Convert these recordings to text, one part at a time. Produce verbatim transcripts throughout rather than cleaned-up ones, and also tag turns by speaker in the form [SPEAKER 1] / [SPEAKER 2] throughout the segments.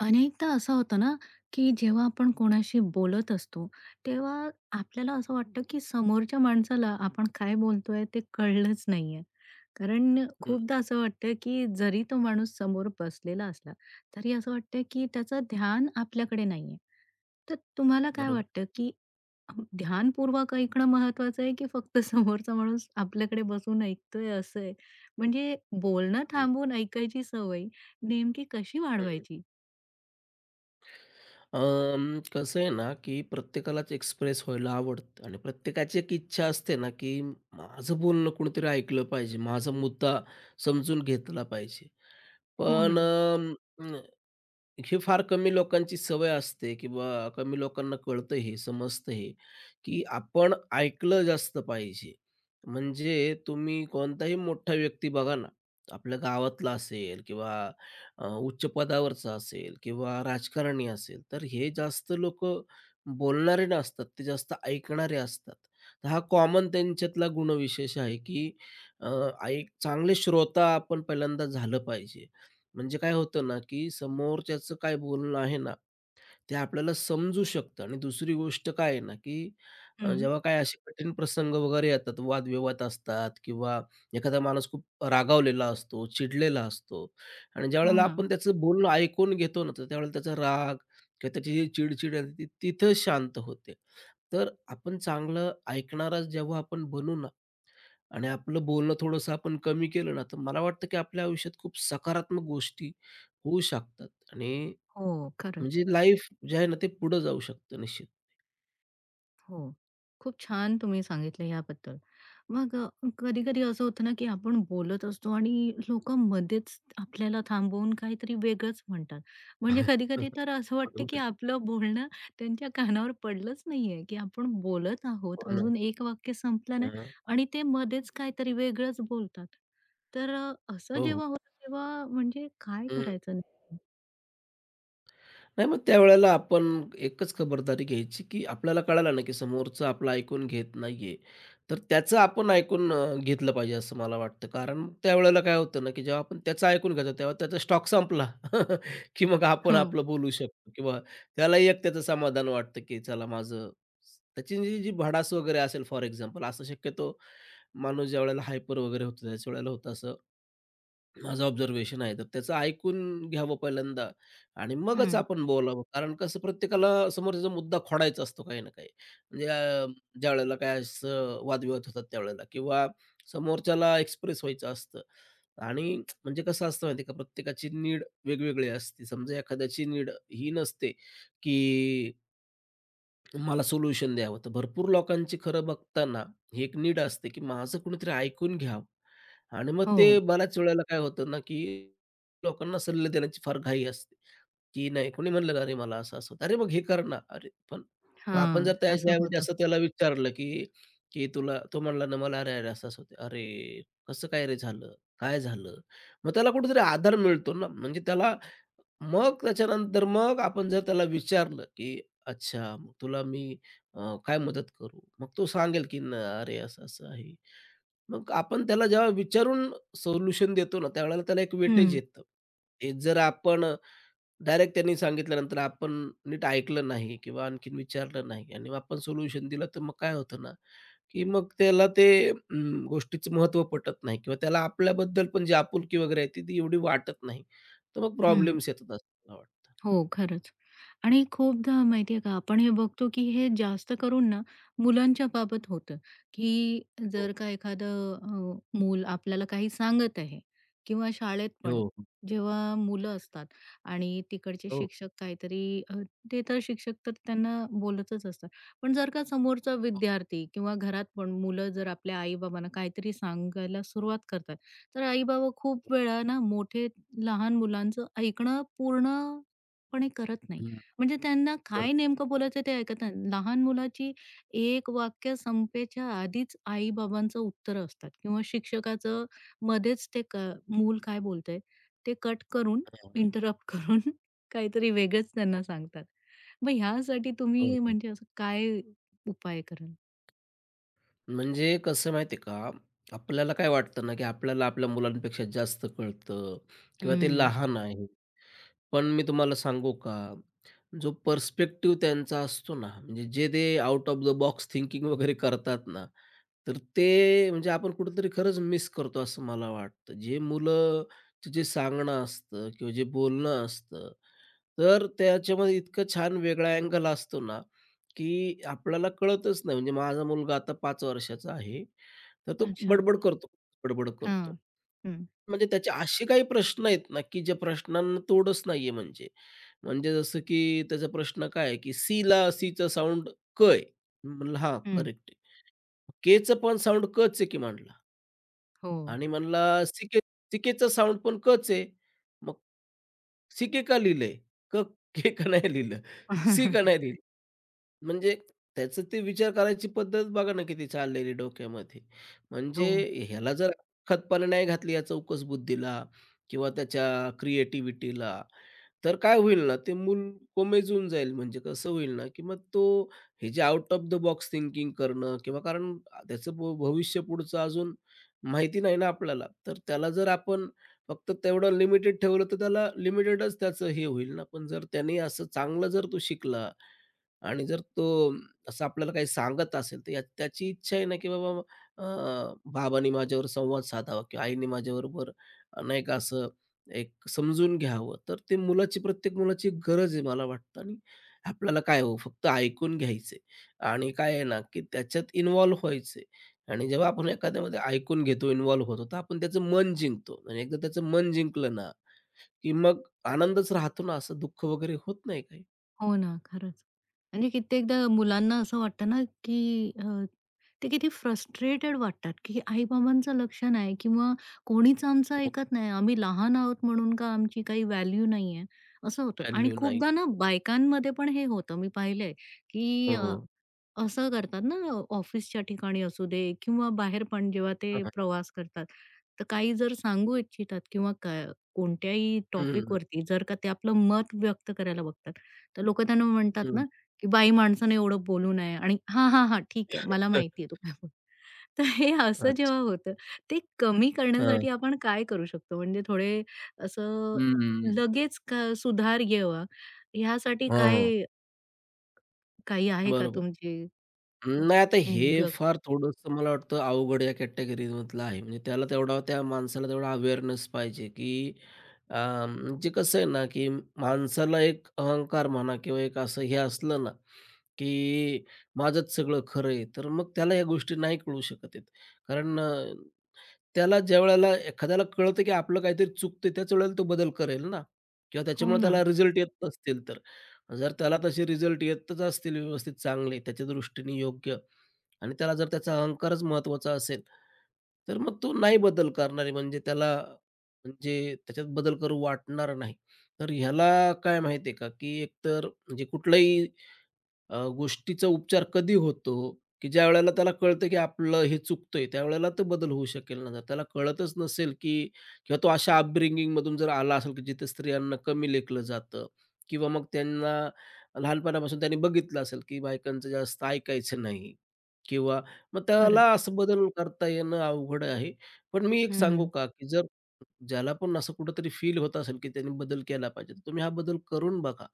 [SPEAKER 1] अनेकदा असं होतं ना, की जेव्हा आपण कोणाशी बोलत असतो, तेव्हा आपल्याला असं वाटतं, की समोरच्या माणसाला आपण काय बोलतोय ते कळलंच नाहीये. कारण
[SPEAKER 2] हं,
[SPEAKER 1] खूपदा असं वाटतं, की जरी तो माणूस समोर बसलेला असला, तरी असं वाटतं, की त्याचं ध्यान आपल्याकडे नाहीये. तर तुम्हाला काय
[SPEAKER 2] बरोबर.
[SPEAKER 1] वाटतं, की ध्यानपूर्वक ऐकणं महत्वाचं आहे, की फक्त समोरचा माणूस आपल्याकडे बसून ऐकतोय असं आहे? म्हणजे बोलणं
[SPEAKER 2] हं,
[SPEAKER 1] थांबवून ऐकायची सवय नेमकी कशी
[SPEAKER 2] हं.
[SPEAKER 1] वाढवायची?
[SPEAKER 2] अं, कसं आहे ना, की प्रत्येकालाच एक्सप्रेस व्हायला आवडतं आणि प्रत्येकाची एक इच्छा असते ना, की माझं बोलणं कोणीतरी ऐकलं पाहिजे, माझा मुद्दा समजून घेतला पाहिजे.
[SPEAKER 1] हो
[SPEAKER 2] पण
[SPEAKER 1] ना.
[SPEAKER 2] ही फार कमी लोकांची सवय असते किंवा कमी लोकांना कळतं हे, समजतं हे, की आपण ऐकलं जास्त पाहिजे. म्हणजे तुम्ही कोणताही मोठा व्यक्ती बघा ना, आपल्या गावातला असेल किंवा अ, उच्च पदावरचा असेल किंवा राजकारणी असेल, तर हे जास्त लोक बोलणारे नसतात, ते जास्त ऐकणारे असतात. तर हा कॉमन त्यांच्यातला गुणविशेष आहे, की अ, ऐक चांगले श्रोता आपण पहिल्यांदा झालं पाहिजे. म्हणजे काय होतं ना, की समोरच्याचं काय बोलणं आहे ना, ते आपल्याला समजू शकतं आणि दुसरी गोष्ट काय आहे ना, की अ,
[SPEAKER 1] हं.
[SPEAKER 2] जेव्हा काय असे कठीण प्रसंग वगैरे येतात, वादविवाद असतात किंवा एखादा माणूस खूप रागावलेला असतो, चिडलेला असतो आणि
[SPEAKER 1] हो
[SPEAKER 2] ज्यावेळेला
[SPEAKER 1] ना.
[SPEAKER 2] आपण त्याचं बोलणं ऐकून घेतो ना, तर त्यावेळेला त्याचा राग किंवा त्याची जी चिडचिड आहे ती तिथं शांत होते. तर आपण चांगलं ऐकणारा जेव्हा आपण बनू ना, आणि आपलं बोलणं थोडंसं आपण कमी केलं ना, तर मला वाटतं की आपल्या आयुष्यात खूप सकारात्मक गोष्टी होऊ शकतात आणि
[SPEAKER 1] हो,
[SPEAKER 2] म्हणजे
[SPEAKER 1] खरंच.
[SPEAKER 2] लाईफ जे आहे ना, ते पुढं जाऊ शकतं निश्चित.
[SPEAKER 1] हो. खूप छान तुम्ही सांगितलं याबद्दल. मग अ, कधी-कधी असं होतं ना, की आपण बोलत असतो आणि लोकं मध्येच आपल्याला थांबवून काहीतरी वेगळंच म्हणतात. म्हणजे कधी-कधी तर असं वाटतं, की
[SPEAKER 2] बरोबर.
[SPEAKER 1] आपलं बोलणं त्यांच्या कानावर पडलंच नाहीये, की आपण बोलत
[SPEAKER 2] हो
[SPEAKER 1] आहोत.
[SPEAKER 2] ना.
[SPEAKER 1] अजून एक वाक्य संपलं नाही
[SPEAKER 2] हां.
[SPEAKER 1] आणि ते मध्येच काहीतरी वेगळंच बोलतात. तर अ, असं
[SPEAKER 2] हो.
[SPEAKER 1] जेव्हा होतं तेव्हा म्हणजे काय करायचं नेमकं?
[SPEAKER 2] नाही मग त्यावेळेला आपण एकच खबरदारी घ्यायची, की आपल्याला कळालं ना, की समोरचा आपलं ऐकून घेत नाहीये, तर त्याचं आपण ऐकून अ, घेतलं पाहिजे असं मला वाटतं. कारण त्यावेळेला काय होतं ना, की जेव्हा आपण त्याचं ऐकून घेतो, तेव्हा त्याचा स्टॉक संपला, की मग आपण
[SPEAKER 1] हं,
[SPEAKER 2] आपलं बोलू शकतो किंवा त्यालाही एक त्याचं समाधान वाटतं, की चला माझं त्याची जी जी भडास वगैरे असेल फॉर एक्झाम्पल, असं शक्यतो माणूस ज्यावेळेला हायपर वगैरे होतो, त्याच वेळेला होतं असं. माझं ऑब्झर्वेशन आहे, तर त्याचं ऐकून घ्यावं पहिल्यांदा आणि मगच
[SPEAKER 1] हं.
[SPEAKER 2] आपण बोलावं. कारण कसं प्रत्येकाला समोरचा मुद्दा खोडायचा असतो काही ना काही. म्हणजे अ, ज्यावेळेला काय असं वादविवाद होतात त्यावेळेला किंवा समोरच्याला एक्सप्रेस व्हायचं असतं. आणि म्हणजे कसं असतं माहिती का, प्रत्येकाची नीड वेगवेगळी असते. समजा एखाद्याची नीड ही नसते, की मला सोल्युशन द्यावं. तर भरपूर लोकांची खरं बघताना ही एक नीड असते, की माझं कुणीतरी ऐकून घ्यावं आणि मग
[SPEAKER 1] हो.
[SPEAKER 2] ते बऱ्याच वेळेला काय होतं ना, की लोकांना सल्ले देण्याची फार घाई असते. की नाही कोणी म्हणलं ना, "अरे मला असं-असं होतं." "अरे मग हे कर ना." अरे पण मग आपण
[SPEAKER 1] हां,
[SPEAKER 2] जर
[SPEAKER 1] असं
[SPEAKER 2] त्याच्याऐवजी
[SPEAKER 1] होतं.
[SPEAKER 2] असं त्याला विचारलं, की की तुला तो म्हणला ना मला, "अरे, अरे, असं-असं होतं." "अरे, कसं काय रे झालं? काय झालं?" मग त्याला कुठेतरी आधार मिळतो ना. म्हणजे त्याला मग त्याच्यानंतर मग आपण जर त्याला विचारलं, की "अच्छा, मग तुला मी अ, काय मदत करू?" मग तो सांगेल, की "न अरे, असं-असं आहे." मग आपण त्याला जेव्हा विचारून सोल्युशन देतो ना, त्यावेळेला त्याला एक वेटेज
[SPEAKER 1] हं,
[SPEAKER 2] येतं. तेच जर आपण डायरेक्ट त्यांनी सांगितल्यानंतर आपण नीट ऐकलं नाही किंवा आणखीन विचारलं नाही आणि मग आपण सोल्युशन दिलं, तर मग काय होतं ना, की मग त्याला ते अं, गोष्टीचं महत्त्व पटत नाही किंवा त्याला आपल्याबद्दल पण जी आपुलकी वगैरे आहे, ती ती एवढी वाटत नाही. तर मग
[SPEAKER 1] हं.
[SPEAKER 2] प्रॉब्लेम्स येतात असं मला वाटतं.
[SPEAKER 1] हो, खरंच. आणि खूपदा माहिती का, आपण हे बघतो की हे जास्त करून ना, मुलांच्या बाबत होतं, की
[SPEAKER 2] हो.
[SPEAKER 1] जर का एखादं अ, मूल आपल्याला काही सांगत आहे किंवा शाळेत
[SPEAKER 2] हो,
[SPEAKER 1] पण
[SPEAKER 2] हो.
[SPEAKER 1] जेव्हा मुलं असतात आणि तिकडचे
[SPEAKER 2] हो,
[SPEAKER 1] शिक्षक काहीतरी अ, ते तर शिक्षक तर त्यांना बोलतच असतात. पण जर का समोरचा
[SPEAKER 2] हो,
[SPEAKER 1] विद्यार्थी किंवा घरात पण मुलं जर आपल्या आई-बाबांना काहीतरी सांगायला सुरुवात करतात, तर आई-बाबा
[SPEAKER 2] हो.
[SPEAKER 1] खूप वेळा ना, मोठे लहान मुलांचं ऐकणं पूर्ण पणे करत नाही. म्हणजे त्यांना
[SPEAKER 2] खरं.
[SPEAKER 1] काय नेमकं बोलायचं ते ऐकत नाही. लहान मुलाची एक वाक्य संपेच्या आधीच आई-बाबांचं उत्तरं असतात किंवा शिक्षकाचं मध्येच ते क मूल काय बोलतंय ते कट करून,
[SPEAKER 2] हां, हां.
[SPEAKER 1] इंटरप्ट करून काहीतरी वेगळंच त्यांना सांगतात. मग ह्यासाठी
[SPEAKER 2] हो,
[SPEAKER 1] तुम्ही
[SPEAKER 2] हो.
[SPEAKER 1] म्हणजे असं काय उपाय कराल?
[SPEAKER 2] म्हणजे कसं माहिती का, आपल्याला काय वाटतं ना, की आपल्याला आपल्या मुलांपेक्षा जास्त कळतं किंवा ते
[SPEAKER 1] हं.
[SPEAKER 2] लहान आहे. पण मी तुम्हाला सांगू का जो पर्स्पेक्टिव्ह त्यांचा असतो ना, म्हणजे जे ते out of the box thinking वगैरे करतात ना, तर ते म्हणजे आपण कुठेतरी खरंच मिस करतो असं मला वाटतं. जे मुलं जे सांगणं असतं किंवा जे बोलणं असतं, तर त्याच्यामध्ये इतकं छान वेगळा अँगल असतो ना, की आपल्याला कळतच नाही. म्हणजे माझा मुलगा आता पाच वर्षाचा आहे, तर तो
[SPEAKER 1] अच्छा.
[SPEAKER 2] बडबड करतो, बडबड करतो.
[SPEAKER 1] हां. हं.
[SPEAKER 2] म्हणजे त्याचे असे काही प्रश्न आहेत ना, की ज्या प्रश्नांना तोडच नाहीये म्हणजे. म्हणजे जसं की त्याचा प्रश्न काय आहे, की सीला सीचं साउंड क आहे. म्हणलं, "हां,
[SPEAKER 1] हं.
[SPEAKER 2] करेक्ट आहे." केचं पण साउंड कच आहे की म्हटलं.
[SPEAKER 1] हो.
[SPEAKER 2] आणि म्हणला "सिके" सिकेचा साउंड पण कच आहे. मग सिके का लिहिलंय? क के का नाही लिहिलं? सी का नाही लिहिलं? म्हणजे त्याचं ते विचार करायची पद्धत बघा ना किती चाललेली डोक्यामध्ये.
[SPEAKER 1] हो.
[SPEAKER 2] म्हणजे ह्याला जर खतपाणी नाही घातली या चौकस बुद्धीला किंवा त्याच्या क्रिएटिव्हिटीला, तर काय होईल ना ते मूल कोमेजून जाईल. म्हणजे कसं होईल ना, की मग तो हे जे out of the box thinking करणं किंवा कारण त्याचं भ भविष्य पुढचं अजून माहिती नाही ना आपल्याला. तर त्याला जर आपण फक्त तेवढं लिमिटेड ठेवलं, तर त्याला लिमिटेडच त्याचं हे होईल ना. पण जर त्याने असं चांगलं जर तो शिकला आणि जर तो असं आपल्याला काही सांगत असेल, तर या त्याची इच्छा आहे ना, की बाबा अ, बाबांनी माझ्यावर संवाद साधावा किंवा आईने माझ्याबरोबर अं, नाही का असं एक समजून घ्यावं. तर ते मुलाची, प्रत्येक मुलाची गरज आहे मला वाटतं आणि आपल्याला काय हो फक्त ऐकून घ्यायचंय आणि काय आहे ना, की त्याच्यात इन्व्हॉल्व व्हायचंय आणि जेव्हा आपण एखाद्यामध्ये ऐकून घेतो, इन्व्हॉल्व होतो, तर आपण त्याचं मन जिंकतो आणि एकदा त्याचं मन जिंकलं ना, की मग आनंदच राहतो ना, असं दुःख वगैरे होत नाही काही.
[SPEAKER 1] हो ना, खरंच. म्हणजे कित्येकदा मुलांना असं वाटतं ना, की अ, ते किती फ्रस्ट्रेटेड वाटतात, की आई-बाबांचं लक्ष नाही किंवा कोणीच आमचं
[SPEAKER 2] हो.
[SPEAKER 1] ऐकत नाही. आम्ही लहान आहोत म्हणून का आमची काही व्हॅल्यू नाहीये, असं होतं. आणि
[SPEAKER 2] व्हॅल्यू नाही
[SPEAKER 1] खूपदा ना बायकांमध्ये पण हे होतं. मी पाहिलंय, की
[SPEAKER 2] हो.
[SPEAKER 1] अ असं करतात ना, ऑफिसच्या ठिकाणी असू दे किंवा बाहेर पण जेव्हा
[SPEAKER 2] हां,
[SPEAKER 1] ते
[SPEAKER 2] हां.
[SPEAKER 1] प्रवास करतात, तर काही जर सांगू इच्छितात किंवा क कोणत्याही
[SPEAKER 2] हं, हं,
[SPEAKER 1] टॉपिक
[SPEAKER 2] हं.
[SPEAKER 1] वरती जर का ते आपलं मत व्यक्त करायला बघतात, तर लोकं त्यांना म्हणतात ना, की "बाई माणसाने एवढं बोलू नये" आणि "हां, हां, हां, ठीक आहे. मला
[SPEAKER 2] हं.
[SPEAKER 1] माहिती आहे तू काय बोल" तर हे असं
[SPEAKER 2] अच्छा.
[SPEAKER 1] जेव्हा होतं, ते कमी
[SPEAKER 2] हां.
[SPEAKER 1] करण्यासाठी आपण काय करू शकतो? म्हणजे थोडे असं
[SPEAKER 2] हं.
[SPEAKER 1] लगेच क सुधार येवा, ह्यासाठी
[SPEAKER 2] हां.
[SPEAKER 1] काय काही आहे का
[SPEAKER 2] बरोबर.
[SPEAKER 1] तुमची हं.
[SPEAKER 2] नाही आता हे
[SPEAKER 1] हं, बघ.
[SPEAKER 2] फार थोडंसं मला वाटतं अवघड या कॅटेगरीमधलं आहे. म्हणजे त्याला तेवढा त्या माणसाला तेवढा अवेअरनेस पाहिजे, की अ, म्हणजे कसं आहे ना, की माणसाला एक अहंकार म्हणा किंवा एक असं हे असलं ना, की माझंच सगळं खरं आहे, तर मग त्याला या गोष्टी नाही कळू शकत आहेत. कारण अ त्याला ज्यावेळेला एखाद्याला कळतं, की आपलं काहीतरी चुकतंय, त्याच वेळेला तो बदल करेल ना किंवा
[SPEAKER 1] हो
[SPEAKER 2] त्याच्यामुळे
[SPEAKER 1] ना,
[SPEAKER 2] त्याला रिझल्ट येत नसतील तर. जर त्याला तसे रिझल्ट येतच असतील व्यवस्थित चांगले, त्याच्या दृष्टीने योग्य आणि त्याला जर त्याचा अहंकारच महत्त्वाचा असेल, तर मग तो नाही बदल करणार आहे. म्हणजे त्याला म्हणजे त्याच्यात बदल करू वाटणार नाही. तर ह्याला काय माहिती आहे का, की एकतर म्हणजे कुठलाही अ, गोष्टीचा उपचार कधी होतो, की ज्यावेळेला त्याला कळतं, की आपलं हे चुकतंय, त्यावेळेला तो बदल होऊ शकेल ना. जर त्याला कळतच नसेल, की किंवा तो अशा अपब्रिंगिंगमधून जर आला असेल, की जिथे स्त्रियांना कमी लेखलं जातं किंवा मग त्यांना लहानपणापासून त्यांनी बघितलं असेल, की बायकांचं जास्त ऐकायचं नाही किंवा मग त्याला
[SPEAKER 1] खरंच.
[SPEAKER 2] असं बदल करता येणं अवघड आहे. पण मी एक सांगू
[SPEAKER 1] हं.
[SPEAKER 2] का, की जर ज्याला पण असं कुठेतरी फील होत असेल, की त्यांनी बदल केला पाहिजे. तर तुम्ही हा बदल करून बघा,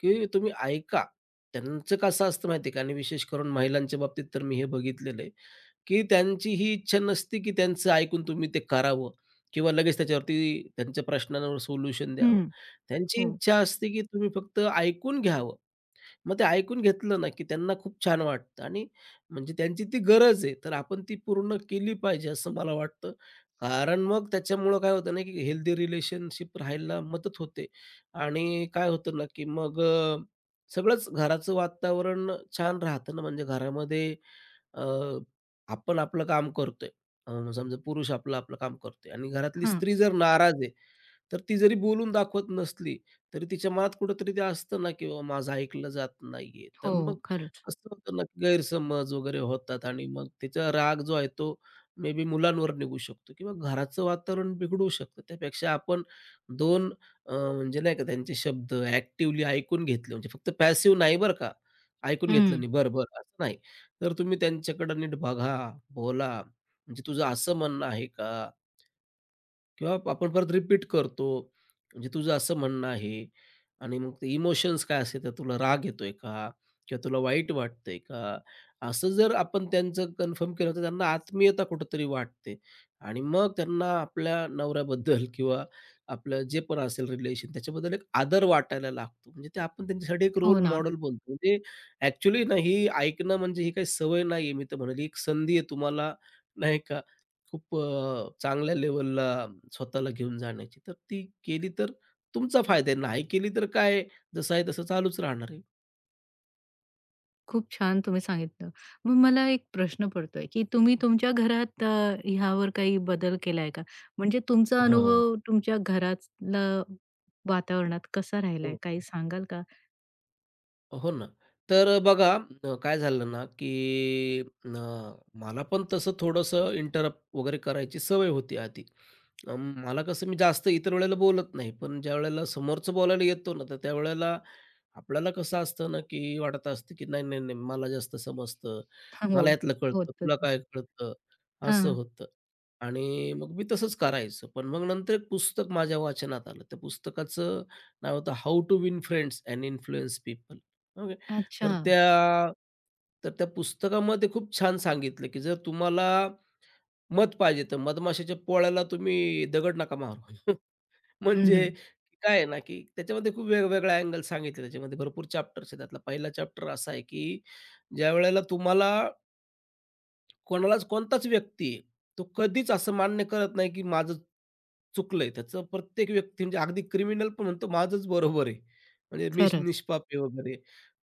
[SPEAKER 2] की तुम्ही ऐका. त्यांचं कसं असतं माहिती आहे का आणि विशेष करून महिलांच्या बाबतीत तर मी हे बघितलेलं आहे, की त्यांची ही इच्छा नसते, की त्यांचं ऐकून तुम्ही ते करावं किंवा लगेच त्याच्यावरती त्यांच्या प्रश्नांवर सोल्युशन द्यावं.
[SPEAKER 1] हं,
[SPEAKER 2] त्यांची
[SPEAKER 1] हो.
[SPEAKER 2] इच्छा असते, की तुम्ही फक्त ऐकून घ्यावं मग ते ऐकून घेतलं ना, की त्यांना खूप छान वाटतं आणि म्हणजे त्यांची ती गरज आहे, तर आपण ती पूर्ण केली पाहिजे असं मला वाटतं. कारण मग त्याच्यामुळं काय होतं ना, की हेल्दी रिलेशनशिप राहायला मदत होते आणि काय होतं ना, की मग अ, सगळंच घराचं वातावरण छान राहतं ना, म्हणजे घरामध्ये अ, आपण आपलं काम करतोय. अ, समजा पुरुष आपलं आपलं काम करतोय आणि घरातली
[SPEAKER 1] हां.
[SPEAKER 2] स्त्री जर नाराज आहे, तर ती जरी बोलून दाखवत नसली, तरी तिच्या मनात कुठेतरी ते असतं ना, की बाबा माझं ऐकलं जात नाहीये.
[SPEAKER 1] हो,
[SPEAKER 2] तर मग
[SPEAKER 1] खरंच.
[SPEAKER 2] असं होतं ना, की गैरसमज वगैरे होतात आणि मग तिचा राग जो आहे तो मे बी मुलांवर निघू शकतो किंवा घराचं वातावरण बिघडू शकतं. त्यापेक्षा आपण दोन अ, म्हणजे नाही का त्यांचे शब्द ॲक्टिव्हली ऐकून घेतले, म्हणजे फक्त पॅसिव्ह नाही बरं का, ऐकून घेतलं
[SPEAKER 1] हं.
[SPEAKER 2] नाही, बरं, बरं असं नाही. तर तुम्ही त्यांच्याकडं नीट बघा, बोला, म्हणजे तुझं असं म्हणणं आहे का? किंवा आपण परत रिपीट करतो. म्हणजे तुझं असं म्हणणं आहे आणि मग ते इमोशन्स काय असेल, तर तुला राग येतोय का? किंवा तुला वाईट वाटतंय का? असं जर आपण त्यांचं कन्फर्म केलं, तर त्यांना आत्मीयता कुठेतरी वाटते आणि मग त्यांना आपल्या नवऱ्याबद्दल किंवा आपलं जे पण असेल रिलेशन त्याच्याबद्दल एक आदर वाटायला लागतो. म्हणजे ते आपण त्यांच्यासाठी एक
[SPEAKER 1] हो
[SPEAKER 2] रोल
[SPEAKER 1] ना.
[SPEAKER 2] मॉडेल बनतो. म्हणजे ॲक्चुअली ना, ही ऐकणं म्हणजे ही काही सवय नाहीये. मी तर म्हणेल, एक संधी आहे तुम्हाला, नाही का? खूप अ, चांगल्या लेव्हलला स्वतःला घेऊन जाण्याची. तर ती केली तर तुमचा फायदा आहे. नाही केली तर काय आहे, जसं आहे तसं चालूच राहणार आहे.
[SPEAKER 1] खूप छान तुम्ही सांगितलं. मग मला एक प्रश्न पडतोय, की तुम्ही तुमच्या घरात अ, ह्यावर काही बदल केलाय का? म्हणजे तुमचा
[SPEAKER 2] हां.
[SPEAKER 1] अनुभव तुमच्या घरातला वातावरणात कसा राहिलाय?
[SPEAKER 2] हो.
[SPEAKER 1] काही सांगाल का?
[SPEAKER 2] हो ना. तर अ, बघा अ, काय झालं ना, की अ, मला पण तसं थोडंसं इंटरप्ट वगैरे करायची सवय होती आधी. अ, मला कसं मी जास्त इतर वेळेला बोलत नाही, पण ज्यावेळेला समोरचं बोलायला येतो ना, तर त्यावेळेला आपल्याला कसं असतं ना, की वाटत असतं, की नाही, नाही, नाही मला जास्त समजतं,
[SPEAKER 1] हां, हो,
[SPEAKER 2] मला यातलं कळतं,
[SPEAKER 1] होतं
[SPEAKER 2] तुला काय
[SPEAKER 1] तसं.
[SPEAKER 2] कळतं, असं
[SPEAKER 1] हां.
[SPEAKER 2] होतं. आणि मग मी तसंच करायचो. पण मग नंतर एक पुस्तक माझ्या वाचनात आलं. त्या पुस्तकाचं नाव होतं how to win friends and influence people. Okay.
[SPEAKER 1] अच्छा.
[SPEAKER 2] तर त्या तर त्या पुस्तकामध्ये खूप छान सांगितलं, की जर तुम्हाला मध पाहिजे, तर मधमाशाच्या पोळ्याला तुम्ही दगड नका मारू.
[SPEAKER 1] हं, हं.
[SPEAKER 2] म्हणजे काय आहे ना, की त्याच्यामध्ये खूप वेगवेगळ्या अँगल सांगितले. त्याच्यामध्ये भरपूर चॅप्टर्स आहेत. त्यातला पहिला चॅप्टर असा आहे, की ज्यावेळेला तुम्हाला कोणालाच कोणताच व्यक्ती तो कधीच असं मान्य करत नाही, की माझं चुकलंय. त्याचं प्रत्येक व्यक्ती म्हणजे अगदी क्रिमिनल पण म्हणतो माझंच बरोबर आहे. म्हणजे मी
[SPEAKER 1] खरंच.
[SPEAKER 2] निष्पाप आहे वगैरे.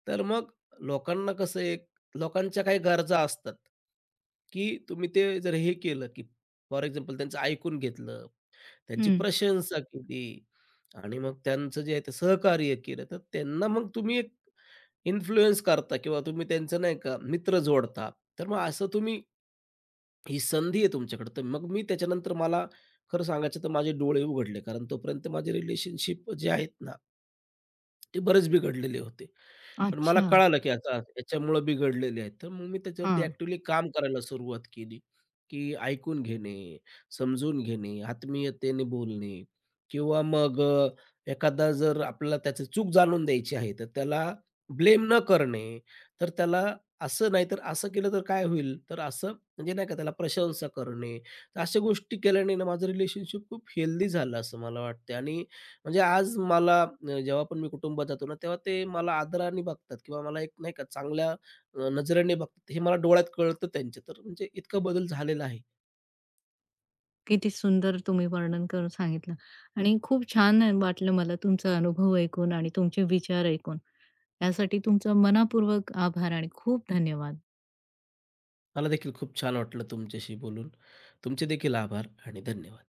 [SPEAKER 2] तर मग लोकांना कसं आहे, लोकांच्या काही गरजा असतात, की तुम्ही ते जर हे केलं, की फॉर एक्झाम्पल त्यांचं ऐकून घेतलं, त्यांची
[SPEAKER 1] हं.
[SPEAKER 2] प्रशंसा केली आणि मग त्यांचं जे आहे ते सहकार्य केलं, तर त्यांना मग तुम्ही एक इन्फ्लुअन्स करता किंवा तुम्ही त्यांचं नाही का मित्र जोडता. तर मग असं तुम्ही ही संधी आहे तुमच्याकडे. तर मग मी त्याच्यानंतर मला खरं सांगायचं तर माझे डोळे उघडले. कारण तोपर्यंत माझे रिलेशनशिप जे आहेत ना ते बरेच बिघडलेले होते. पण मला
[SPEAKER 1] अच्छा.
[SPEAKER 2] कळालं, की आता याच्यामुळं बिघडलेले आहेत. तर मग मी त्याच्यावरती
[SPEAKER 1] हां.
[SPEAKER 2] ॲक्टिव्हली काम करायला सुरुवात केली, की ऐकून घेणे, समजून घेणे, आत्मीयतेने बोलणे किंवा मग अ, एखादा जर आपल्याला त्याची चूक जाणून द्यायची आहे, तर त्याला ब्लेम न करणे. तर त्याला असं नाही तर असं केलं तर काय होईल? तर असं म्हणजे नाही का त्याला प्रशंसा करणे. तर अशा गोष्टी केल्याने ना माझं रिलेशनशिप खूप हेल्दी झालं असं मला वाटतं आणि म्हणजे आज मला अ, जेव्हा पण मी कुटुंबात जातो ना, तेव्हा ते मला आदराने बघतात किंवा मला एक नाही का चांगल्या अ, नजरेने बघतात. हे मला डोळ्यात कळतं त्यांच्या. तर म्हणजे इतका बदल झालेला आहे.
[SPEAKER 1] किती सुंदर तुम्ही वर्णन करून सांगितलं आणि खूप छान वाटलं मला तुमचा अनुभव ऐकून आणि तुमचे विचार ऐकून. यासाठी तुमचा मनःपूर्वक आभार आणि खूप धन्यवाद.
[SPEAKER 2] मला देखील खूप छान वाटलं तुमच्याशी बोलून. तुमचे देखील आभार आणि धन्यवाद.